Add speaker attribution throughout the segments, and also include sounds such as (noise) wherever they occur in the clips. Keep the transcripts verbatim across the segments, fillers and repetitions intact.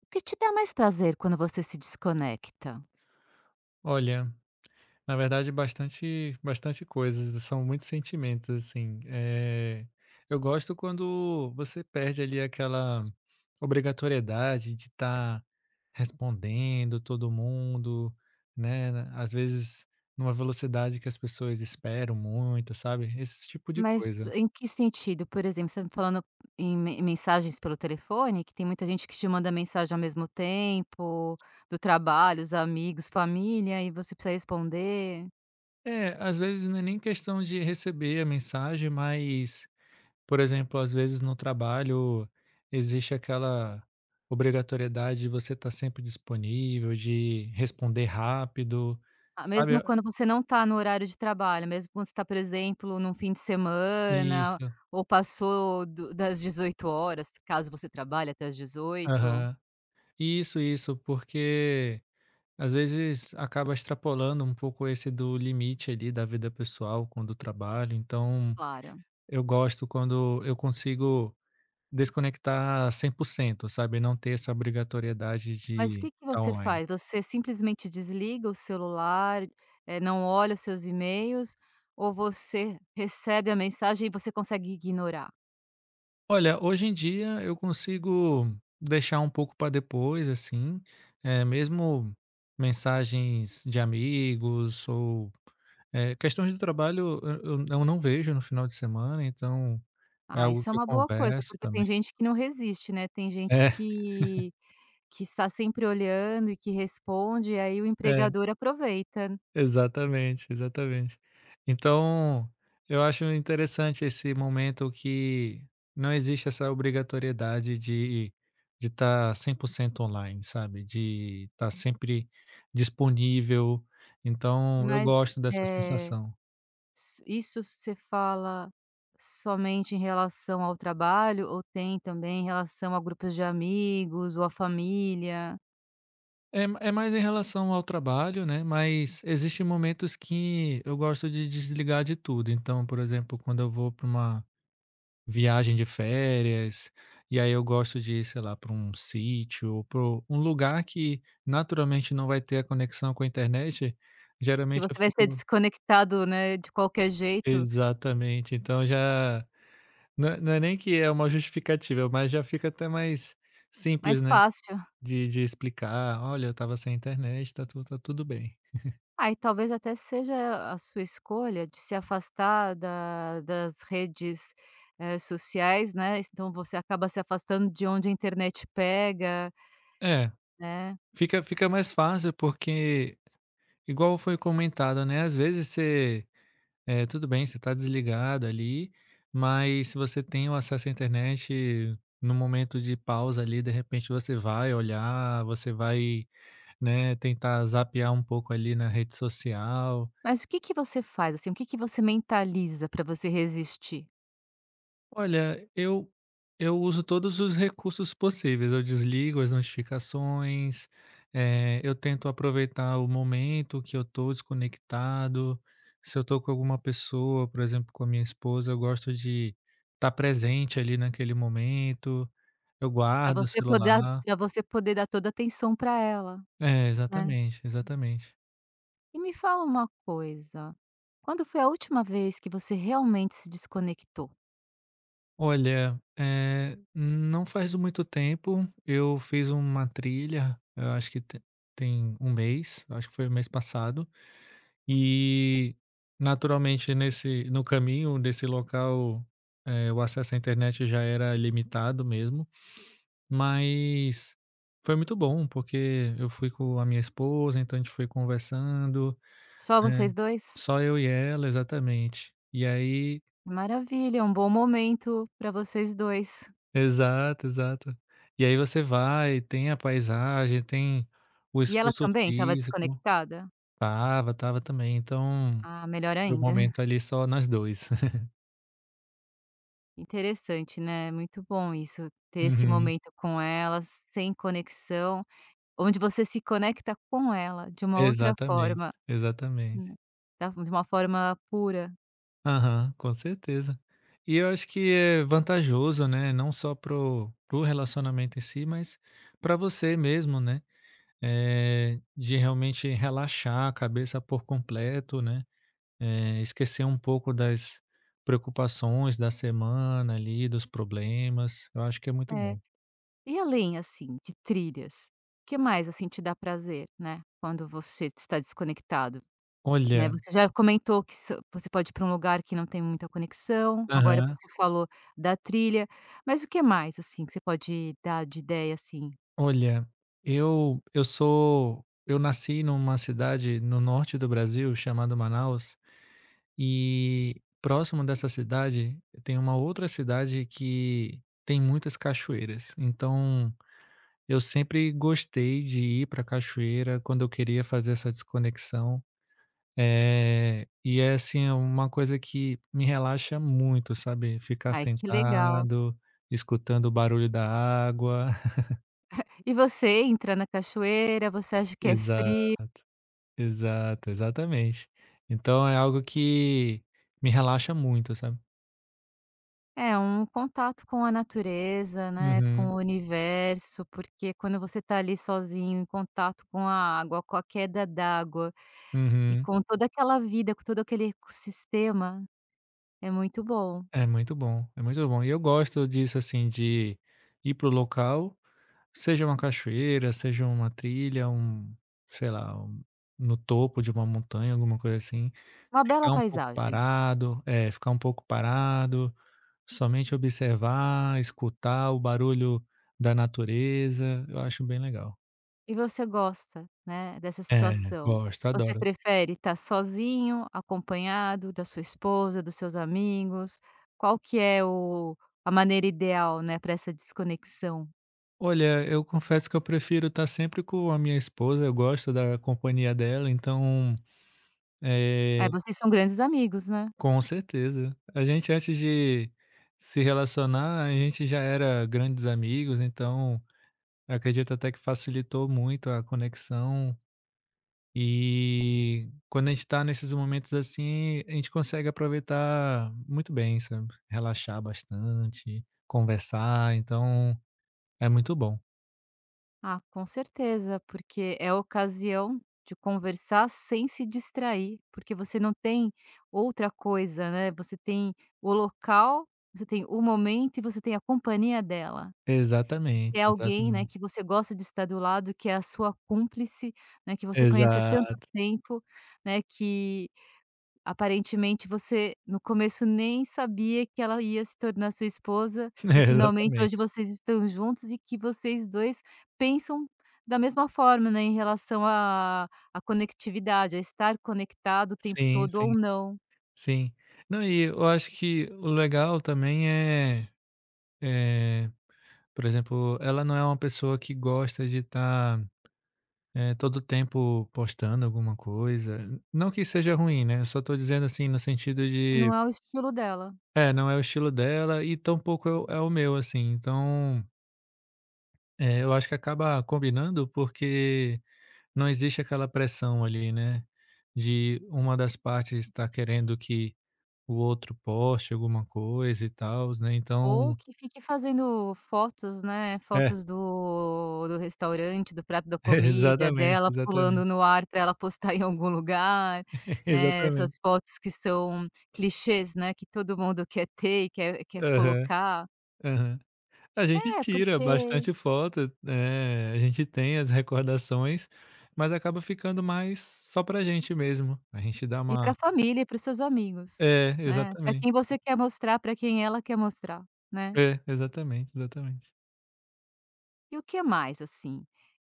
Speaker 1: O que te dá mais prazer quando você se desconecta?
Speaker 2: Olha, na verdade bastante bastante coisas, são muitos sentimentos, assim, eh, eu gosto quando você perde ali aquela obrigatoriedade de estar respondendo todo mundo, né, na às vezes numa velocidade que as pessoas esperam muito, sabe, esse tipo de
Speaker 1: Mas
Speaker 2: coisa.
Speaker 1: em que sentido? Por exemplo, você está falando em me mensagens pelo telefone, que tem muita gente que te manda mensagem ao mesmo tempo, do trabalho, os amigos, família, e você precisa responder.
Speaker 2: É, às vezes não é nem questão de receber a mensagem, mas Por exemplo, às vezes no trabalho existe aquela obrigatoriedade de você estar sempre disponível, de responder rápido,
Speaker 1: Ah, mesmo
Speaker 2: sabe?
Speaker 1: quando você não está no horário de trabalho, mesmo quando você está, por exemplo, num fim de semana,
Speaker 2: Isso.
Speaker 1: ou passou do das dezoito horas, caso você trabalhe até às dezoito.
Speaker 2: Aham. Isso, isso, porque às vezes acaba extrapolando um pouco esse do limite ali da vida pessoal com o do trabalho. Então,
Speaker 1: Claro.
Speaker 2: eu gosto quando eu consigo desconectar cem por cento, sabe? Não ter essa obrigatoriedade
Speaker 1: Mas o
Speaker 2: de
Speaker 1: que que
Speaker 2: estar
Speaker 1: você
Speaker 2: online.
Speaker 1: faz? Você simplesmente desliga o celular, eh, não olha os seus e-mails, ou você recebe a mensagem e você consegue ignorar?
Speaker 2: Olha, hoje em dia eu consigo deixar um pouco para depois, assim, eh, mesmo mensagens de amigos ou eh, questões de trabalho eu, eu eu não vejo no final de semana, então é
Speaker 1: Ah,
Speaker 2: algo
Speaker 1: isso é
Speaker 2: que eu
Speaker 1: uma boa coisa,
Speaker 2: converso
Speaker 1: porque tem
Speaker 2: também.
Speaker 1: gente que não resiste, né, tem gente
Speaker 2: É,
Speaker 1: que que está sempre olhando e que responde, e aí o
Speaker 2: é.
Speaker 1: empregador aproveita.
Speaker 2: Exatamente, exatamente. Então, eu acho interessante esse momento que não existe essa obrigatoriedade de de estar cem por cento online, sabe, de estar sempre disponível, então eu
Speaker 1: Mas,
Speaker 2: gosto dessa
Speaker 1: eh,
Speaker 2: sensação.
Speaker 1: s isso você fala somente em relação ao trabalho ou tem também em relação a grupos de amigos ou a família?
Speaker 2: É, é mais em relação ao trabalho, né, mas existe momentos que eu gosto de desligar de tudo, então, por exemplo, quando eu vou para uma Viagem de férias, e aí eu gosto de ir, sei lá, para um sítio ou para um lugar que naturalmente não vai ter a conexão com a internet,
Speaker 1: Que
Speaker 2: geralmente eu
Speaker 1: você vai ser
Speaker 2: fico.
Speaker 1: desconectado, né, de qualquer jeito,
Speaker 2: Exatamente, então já não é não é nem que é uma justificativa, mas já fica até mais
Speaker 1: mais
Speaker 2: simples, né,
Speaker 1: fácil.
Speaker 2: de de explicar: "Olha, eu estava sem internet, tá tu tá tudo bem".
Speaker 1: Ah, e talvez até seja a sua escolha de se afastar da das redes, eh, sociais, né, então você acaba se afastando de onde a internet pega,
Speaker 2: É,
Speaker 1: né.
Speaker 2: fica fica mais fácil porque, igual foi comentado, né, às vezes você é, tudo bem, você está desligado ali, mas se você tem o acesso à internet, no momento de pausa ali, de repente você vai olhar, você vai, né, tentar zapear um pouco ali na rede social.
Speaker 1: Mas o que que você faz, assim, o que que você mentaliza para você resistir?
Speaker 2: Olha, eu eu uso todos os recursos possíveis, eu desligo as notificações, eh, eu tento aproveitar o momento que eu estou desconectado. Se eu estou com alguma pessoa, por exemplo, com a minha esposa, eu gosto de estar presente ali naquele momento, eu
Speaker 1: para
Speaker 2: guardo o
Speaker 1: você poder
Speaker 2: celular.
Speaker 1: para você poder dar toda a atenção para ela,
Speaker 2: É,
Speaker 1: né.
Speaker 2: exatamente, exatamente.
Speaker 1: E me fala uma coisa, quando foi a última vez que você realmente se desconectou?
Speaker 2: Olha, eh, não faz muito tempo eu fiz uma trilha, eu acho que te tem um mês, eu acho que foi o mês passado. E, naturalmente, nesse no caminho desse local, eh, o acesso à internet já era limitado mesmo, mas foi muito bom, porque eu fui com a minha esposa, então a gente foi conversando,
Speaker 1: Só
Speaker 2: né,
Speaker 1: vocês dois?
Speaker 2: só eu e ela, exatamente. E aí.
Speaker 1: Maravilha, é um bom momento para vocês dois.
Speaker 2: Exato, exato. E aí você vai, tem a paisagem, tem o
Speaker 1: E ela
Speaker 2: esforço
Speaker 1: também estava
Speaker 2: físico.
Speaker 1: desconectada?
Speaker 2: tava tava também, então
Speaker 1: Ah, melhor
Speaker 2: foi um
Speaker 1: ainda.
Speaker 2: momento
Speaker 1: (laughs)
Speaker 2: ali só nós dois. (laughs)
Speaker 1: Interessante, né, muito bom isso, ter esse
Speaker 2: Uhum.
Speaker 1: momento com ela, sem conexão, onde você se conecta com ela de uma outra
Speaker 2: Exatamente,
Speaker 1: forma,
Speaker 2: exatamente.
Speaker 1: né, da de uma forma pura.
Speaker 2: Aham, com certeza. E eu acho que é vantajoso, né, não só pro o relacionamento em si, mas para você mesmo, né, eh, de realmente relaxar a cabeça por completo, né, eh, esquecer um pouco das preocupações da semana ali, dos problemas, eu acho que é muito
Speaker 1: É.
Speaker 2: bom.
Speaker 1: E além, assim, de trilhas, o que mais, assim, te dá prazer, né, quando você está desconectado? Né,
Speaker 2: Olha.
Speaker 1: você já comentou que s você pode ir para um lugar que não tem muita conexão, agora
Speaker 2: Aham.
Speaker 1: você falou da trilha, mas o que mais, assim, que você pode dar de ideia, assim?
Speaker 2: Olha, eu eu sou eu nasci numa cidade no norte do Brasil chamada Manaus. E próximo dessa cidade tem uma outra cidade que tem muitas cachoeiras. Então, eu sempre gostei de ir para cachoeira quando eu queria fazer essa desconexão. É, e é assim, é uma coisa que me relaxa muito, sabe? Ficar
Speaker 1: Ai, que legal.
Speaker 2: sentado, escutando o barulho da água. (laughs)
Speaker 1: E você entra na cachoeira, você acha que é
Speaker 2: Exato,
Speaker 1: frio,
Speaker 2: exato, exatamente. Então é algo que me relaxa muito, sabe?
Speaker 1: é, um contato com a natureza, né, com
Speaker 2: Uhum,
Speaker 1: o universo, porque quando você tá ali sozinho, em contato com a água, com a queda d'água e
Speaker 2: uhum.
Speaker 1: com toda aquela vida, com todo aquele ecossistema, é muito bom.
Speaker 2: É muito bom, é muito bom. E eu gosto disso, assim, de ir pro local, seja uma cachoeira, seja uma trilha, um, sei lá, um- no topo de uma montanha, alguma coisa assim,
Speaker 1: Uma bela
Speaker 2: ficar um pouco
Speaker 1: paisagem.
Speaker 2: parado, é, ficar um pouco parado, somente observar, escutar o barulho da natureza, eu acho bem legal.
Speaker 1: E você gosta, né, dessa
Speaker 2: É,
Speaker 1: situação?
Speaker 2: gosto,
Speaker 1: Você
Speaker 2: adoro.
Speaker 1: prefere estar sozinho, acompanhado da sua esposa, dos seus amigos? Qual que é o a maneira ideal, né, para essa desconexão?
Speaker 2: Olha, eu confesso que eu prefiro estar sempre com a minha esposa, eu gosto da companhia dela, então, é,
Speaker 1: É, vocês são grandes amigos, né?
Speaker 2: Com certeza. A gente antes de se relacionar, a gente já era grandes amigos, então acredito até que facilitou muito a conexão. E quando a gente está nesses momentos assim, a gente consegue aproveitar muito bem, sabe? Relaxar bastante, conversar, então é muito bom.
Speaker 1: Ah, com certeza, porque é a ocasião de conversar sem se distrair, porque você não tem outra coisa, né, você tem o local, você tem o momento e você tem a companhia dela. Que
Speaker 2: Exatamente,
Speaker 1: é alguém, né,
Speaker 2: exatamente.
Speaker 1: que você gosta de estar do lado, que é a sua cúmplice, né, que você conhece há tanto
Speaker 2: Exato,
Speaker 1: tempo, né, que aparentemente você no começo nem sabia que ela ia se tornar sua esposa e
Speaker 2: (laughs)
Speaker 1: finalmente
Speaker 2: exatamente.
Speaker 1: hoje vocês estão juntos e que vocês dois pensam da mesma forma, né, em relação à à conectividade, a estar conectado o tempo
Speaker 2: Sim,
Speaker 1: todo ou
Speaker 2: sim,
Speaker 1: não,
Speaker 2: sim. Não, e eu acho que o legal também é, Eh, por exemplo, ela não é uma pessoa que gosta de estar, eh, todo tempo postando alguma coisa. Não que seja ruim, né, eu só tô dizendo, assim, no sentido de.
Speaker 1: não é o estilo dela.
Speaker 2: É, não é o estilo dela e tampouco é o é o meu, assim. Então, eh, eu acho que acaba combinando, porque não existe aquela pressão ali, né, de uma das partes estar querendo que o outro poste alguma coisa e tal, né,
Speaker 1: Ou
Speaker 2: então
Speaker 1: que fique fazendo fotos, né,
Speaker 2: é,
Speaker 1: fotos do do restaurante, do prato da
Speaker 2: (laughs)
Speaker 1: comida,
Speaker 2: exatamente,
Speaker 1: dela pulando
Speaker 2: exatamente,
Speaker 1: no ar para ela postar (laughs) em algum lugar,
Speaker 2: (laughs)
Speaker 1: né, essas
Speaker 2: exatamente.
Speaker 1: fotos que são clichês, né, que todo mundo quer ter e quer quer
Speaker 2: Aham.
Speaker 1: colocar.
Speaker 2: Aham. A gente
Speaker 1: É,
Speaker 2: tira
Speaker 1: porque
Speaker 2: bastante foto, né? A gente tem as recordações, mas acaba ficando mais só pra gente mesmo. A gente dá
Speaker 1: e
Speaker 2: uma.
Speaker 1: pra família e para os seus amigos,
Speaker 2: É,
Speaker 1: né, para quem
Speaker 2: exatamente.
Speaker 1: você quer mostrar, para quem ela quer mostrar, né.
Speaker 2: É, exatamente, exatamente.
Speaker 1: E o que mais, assim,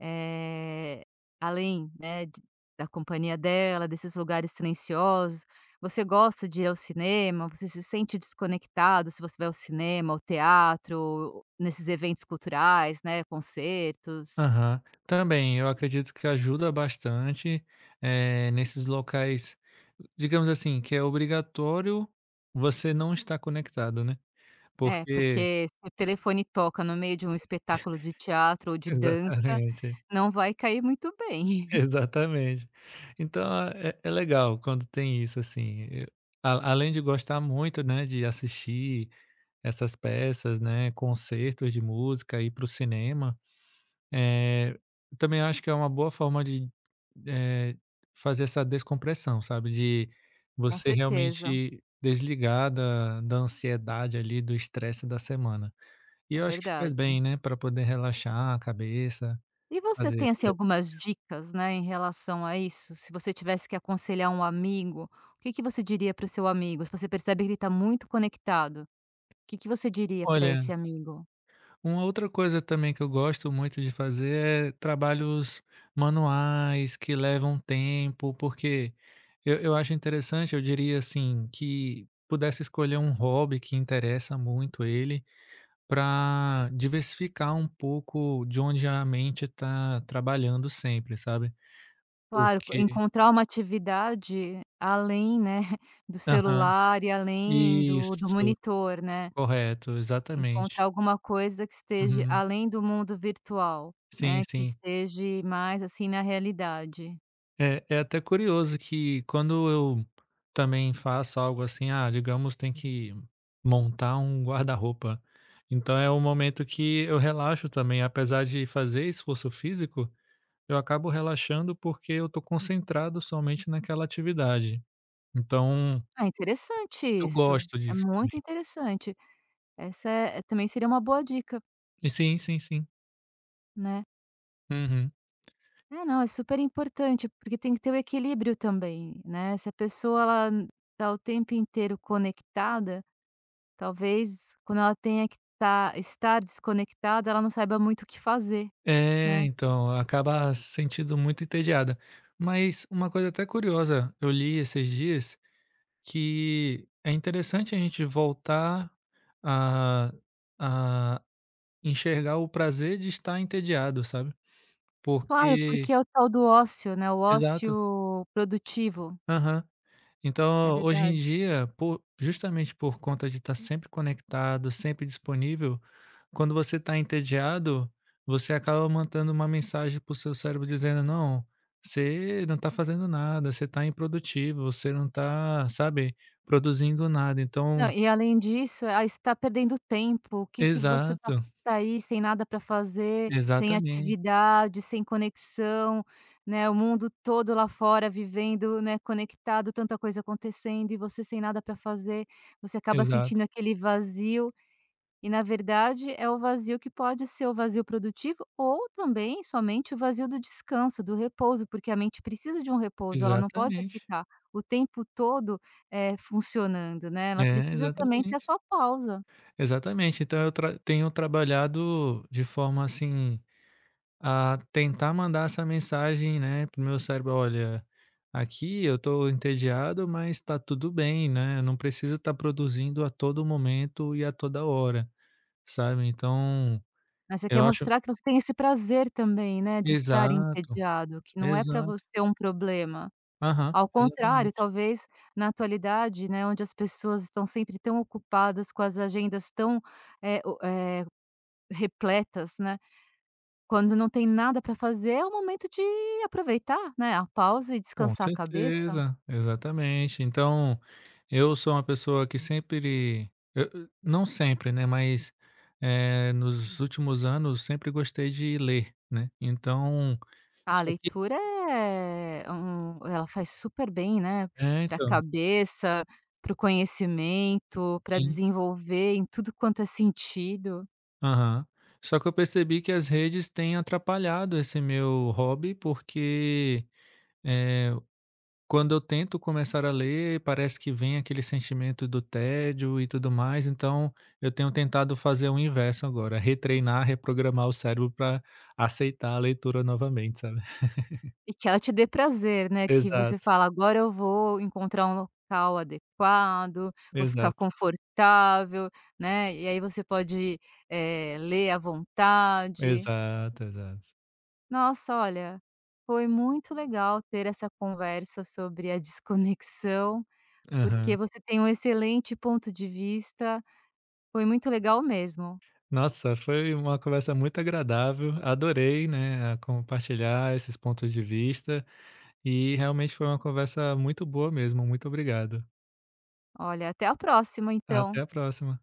Speaker 1: eh, além, né, de da companhia dela, desses lugares silenciosos, você gosta de ir ao cinema? Você se sente desconectado se você vai ao cinema, ao teatro, nesses eventos culturais, né, concertos?
Speaker 2: Aham. Também, eu acredito que ajuda bastante, eh, nesses locais, digamos assim, que é obrigatório você não estar conectado, né,
Speaker 1: É,
Speaker 2: porque
Speaker 1: porque se o telefone toca no meio de um espetáculo de teatro ou
Speaker 2: (laughs)
Speaker 1: de dança,
Speaker 2: exatamente.
Speaker 1: não vai cair muito bem.
Speaker 2: (laughs)
Speaker 1: (laughs)
Speaker 2: Exatamente. Então, a- é é legal quando tem isso, assim, e a além de gostar muito, né, de assistir essas peças, né, concertos de música, ir para o cinema, eh, também acho que é uma boa forma de, eh, fazer essa descompressão, sabe, de
Speaker 1: Com
Speaker 2: você
Speaker 1: certeza,
Speaker 2: realmente desligar da da ansiedade ali, do estresse da semana. E
Speaker 1: é
Speaker 2: eu acho que faz
Speaker 1: verdade.
Speaker 2: bem, né, para poder relaxar a cabeça,
Speaker 1: E você
Speaker 2: fazer
Speaker 1: tem,
Speaker 2: esse
Speaker 1: assim,
Speaker 2: deto
Speaker 1: algumas dicas, né, em relação a isso? Se você tivesse que aconselhar um amigo, o que que você diria para o seu amigo? Se você percebe que ele está muito conectado, o que que você diria para esse
Speaker 2: olha
Speaker 1: amigo?
Speaker 2: uma outra coisa também que eu gosto muito de fazer é trabalhos manuais que levam tempo, porque eu, eu acho interessante, eu diria assim, que pudesse escolher um hobby que interessa muito ele para diversificar um pouco de onde a mente está trabalhando sempre, sabe?
Speaker 1: Claro, co
Speaker 2: Porque.
Speaker 1: encontrar uma atividade além, né, (laughs) do
Speaker 2: Aham,
Speaker 1: celular e além do do
Speaker 2: isso,
Speaker 1: monitor, né.
Speaker 2: correto, exatamente.
Speaker 1: Encontrar alguma coisa que esteja
Speaker 2: Uhum,
Speaker 1: além do mundo virtual,
Speaker 2: sim,
Speaker 1: né, que
Speaker 2: sim.
Speaker 1: esteja mais, assim, na realidade.
Speaker 2: É, é até curioso que quando eu também faço algo assim, ah, digamos, tem que montar um guarda-roupa. Então é um momento que eu relaxo também, apesar de fazer esforço físico, eu acabo relaxando porque eu estou concentrado somente naquela atividade. Então
Speaker 1: Ah, interessante
Speaker 2: eu
Speaker 1: isso,
Speaker 2: gosto
Speaker 1: é
Speaker 2: disso também.
Speaker 1: muito interessante. Essa é também seria uma boa dica,
Speaker 2: E sim, sim, sim.
Speaker 1: né.
Speaker 2: Uhum.
Speaker 1: É, não, é super importante, porque tem que ter o equilíbrio também, né. Se a pessoa ela n- tá o tempo inteiro conectada, talvez quando ela tenha que tá estar desconectada, ela não saiba muito o que fazer,
Speaker 2: É,
Speaker 1: né.
Speaker 2: então, acaba sentindo muito entediada. Mas uma coisa até curiosa, eu li esses dias Que é interessante a gente voltar a a enxergar o prazer de estar entediado, sabe.
Speaker 1: Claro,
Speaker 2: Porque
Speaker 1: porque é o tal do ócio, né, o
Speaker 2: exato.
Speaker 1: ócio produtivo.
Speaker 2: Aham.
Speaker 1: É
Speaker 2: Então, hoje em
Speaker 1: verdade.
Speaker 2: dia, por justamente por conta de estar sempre conectado, sempre disponível, quando você está entediado, você acaba mandando uma mensagem para o seu cérebro dizendo: "Não, você não está fazendo nada, você está improdutivo, você não está, sabe, produzindo nada".
Speaker 1: Não,
Speaker 2: Então.
Speaker 1: e além disso, ah, está perdendo tempo, o que que você tá
Speaker 2: Exato.
Speaker 1: tá aí sem nada para fazer, sem
Speaker 2: Exatamente,
Speaker 1: atividade, sem conexão, né, o mundo todo lá fora vivendo, né, conectado, tanta coisa acontecendo e você sem nada para fazer, você acaba
Speaker 2: exato,
Speaker 1: sentindo aquele vazio e na verdade é o vazio que pode ser o vazio produtivo ou também somente o vazio do descanso, do repouso, porque a mente precisa de um repouso, ela não pode
Speaker 2: exatamente.
Speaker 1: ficar o tempo todo, eh, funcionando, né, ela
Speaker 2: É,
Speaker 1: precisa também ter a
Speaker 2: exatamente,
Speaker 1: sua pausa.
Speaker 2: exatamente. Então eu tra tenho trabalhado de forma, assim, a tentar mandar essa mensagem, né, para o meu cérebro: "Olha, aqui eu estou entediado, mas está tudo bem, né, eu não preciso estar produzindo a todo momento e a toda hora", sabe. Então,
Speaker 1: Mas você quer
Speaker 2: eu acho.
Speaker 1: mostrar que você tem esse prazer também, né, de estar
Speaker 2: Exato,
Speaker 1: entediado, que não é para
Speaker 2: exato.
Speaker 1: você um problema.
Speaker 2: Aham,
Speaker 1: Ao contrário,
Speaker 2: exatamente.
Speaker 1: talvez na atualidade, né, onde as pessoas estão sempre tão ocupadas com as agendas tão, eh, o eh, repletas, né. Quando não tem nada para fazer, é o momento de aproveitar, né, a pausa e
Speaker 2: Com
Speaker 1: descansar a cabeça.
Speaker 2: certeza, exatamente. Então Eu sou uma pessoa que sempre eu eu não sempre, né, mas, eh, nos últimos anos sempre gostei de ler, né, então
Speaker 1: A
Speaker 2: só que
Speaker 1: leitura é um ela faz super bem, né,
Speaker 2: é,
Speaker 1: para a
Speaker 2: então,
Speaker 1: cabeça, para o conhecimento, para
Speaker 2: sim.
Speaker 1: desenvolver em tudo quanto é sentido.
Speaker 2: Aham. Só que eu percebi que as redes têm atrapalhado esse meu hobby, porque, eh quando eu tento começar a ler, parece que vem aquele sentimento do tédio e tudo mais, então eu tenho tentado fazer o inverso agora, retreinar, reprogramar o cérebro para aceitar a leitura novamente, sabe. (laughs)
Speaker 1: E que ela te dê prazer, né, que você
Speaker 2: Exato,
Speaker 1: fala: "Agora eu vou encontrar um local adequado, vou ficar
Speaker 2: exato,
Speaker 1: confortável", né, e aí você pode, eh, ler à vontade.
Speaker 2: exato, exato.
Speaker 1: Nossa, olha, foi muito legal ter essa conversa sobre a desconexão, porque
Speaker 2: Aham.
Speaker 1: você tem um excelente ponto de vista. Foi muito legal mesmo.
Speaker 2: Nossa, foi uma conversa muito agradável, adorei, né, a compartilhar esses pontos de vista e realmente foi uma conversa muito boa mesmo, muito obrigado.
Speaker 1: Olha, até a próxima, então.
Speaker 2: Até a próxima.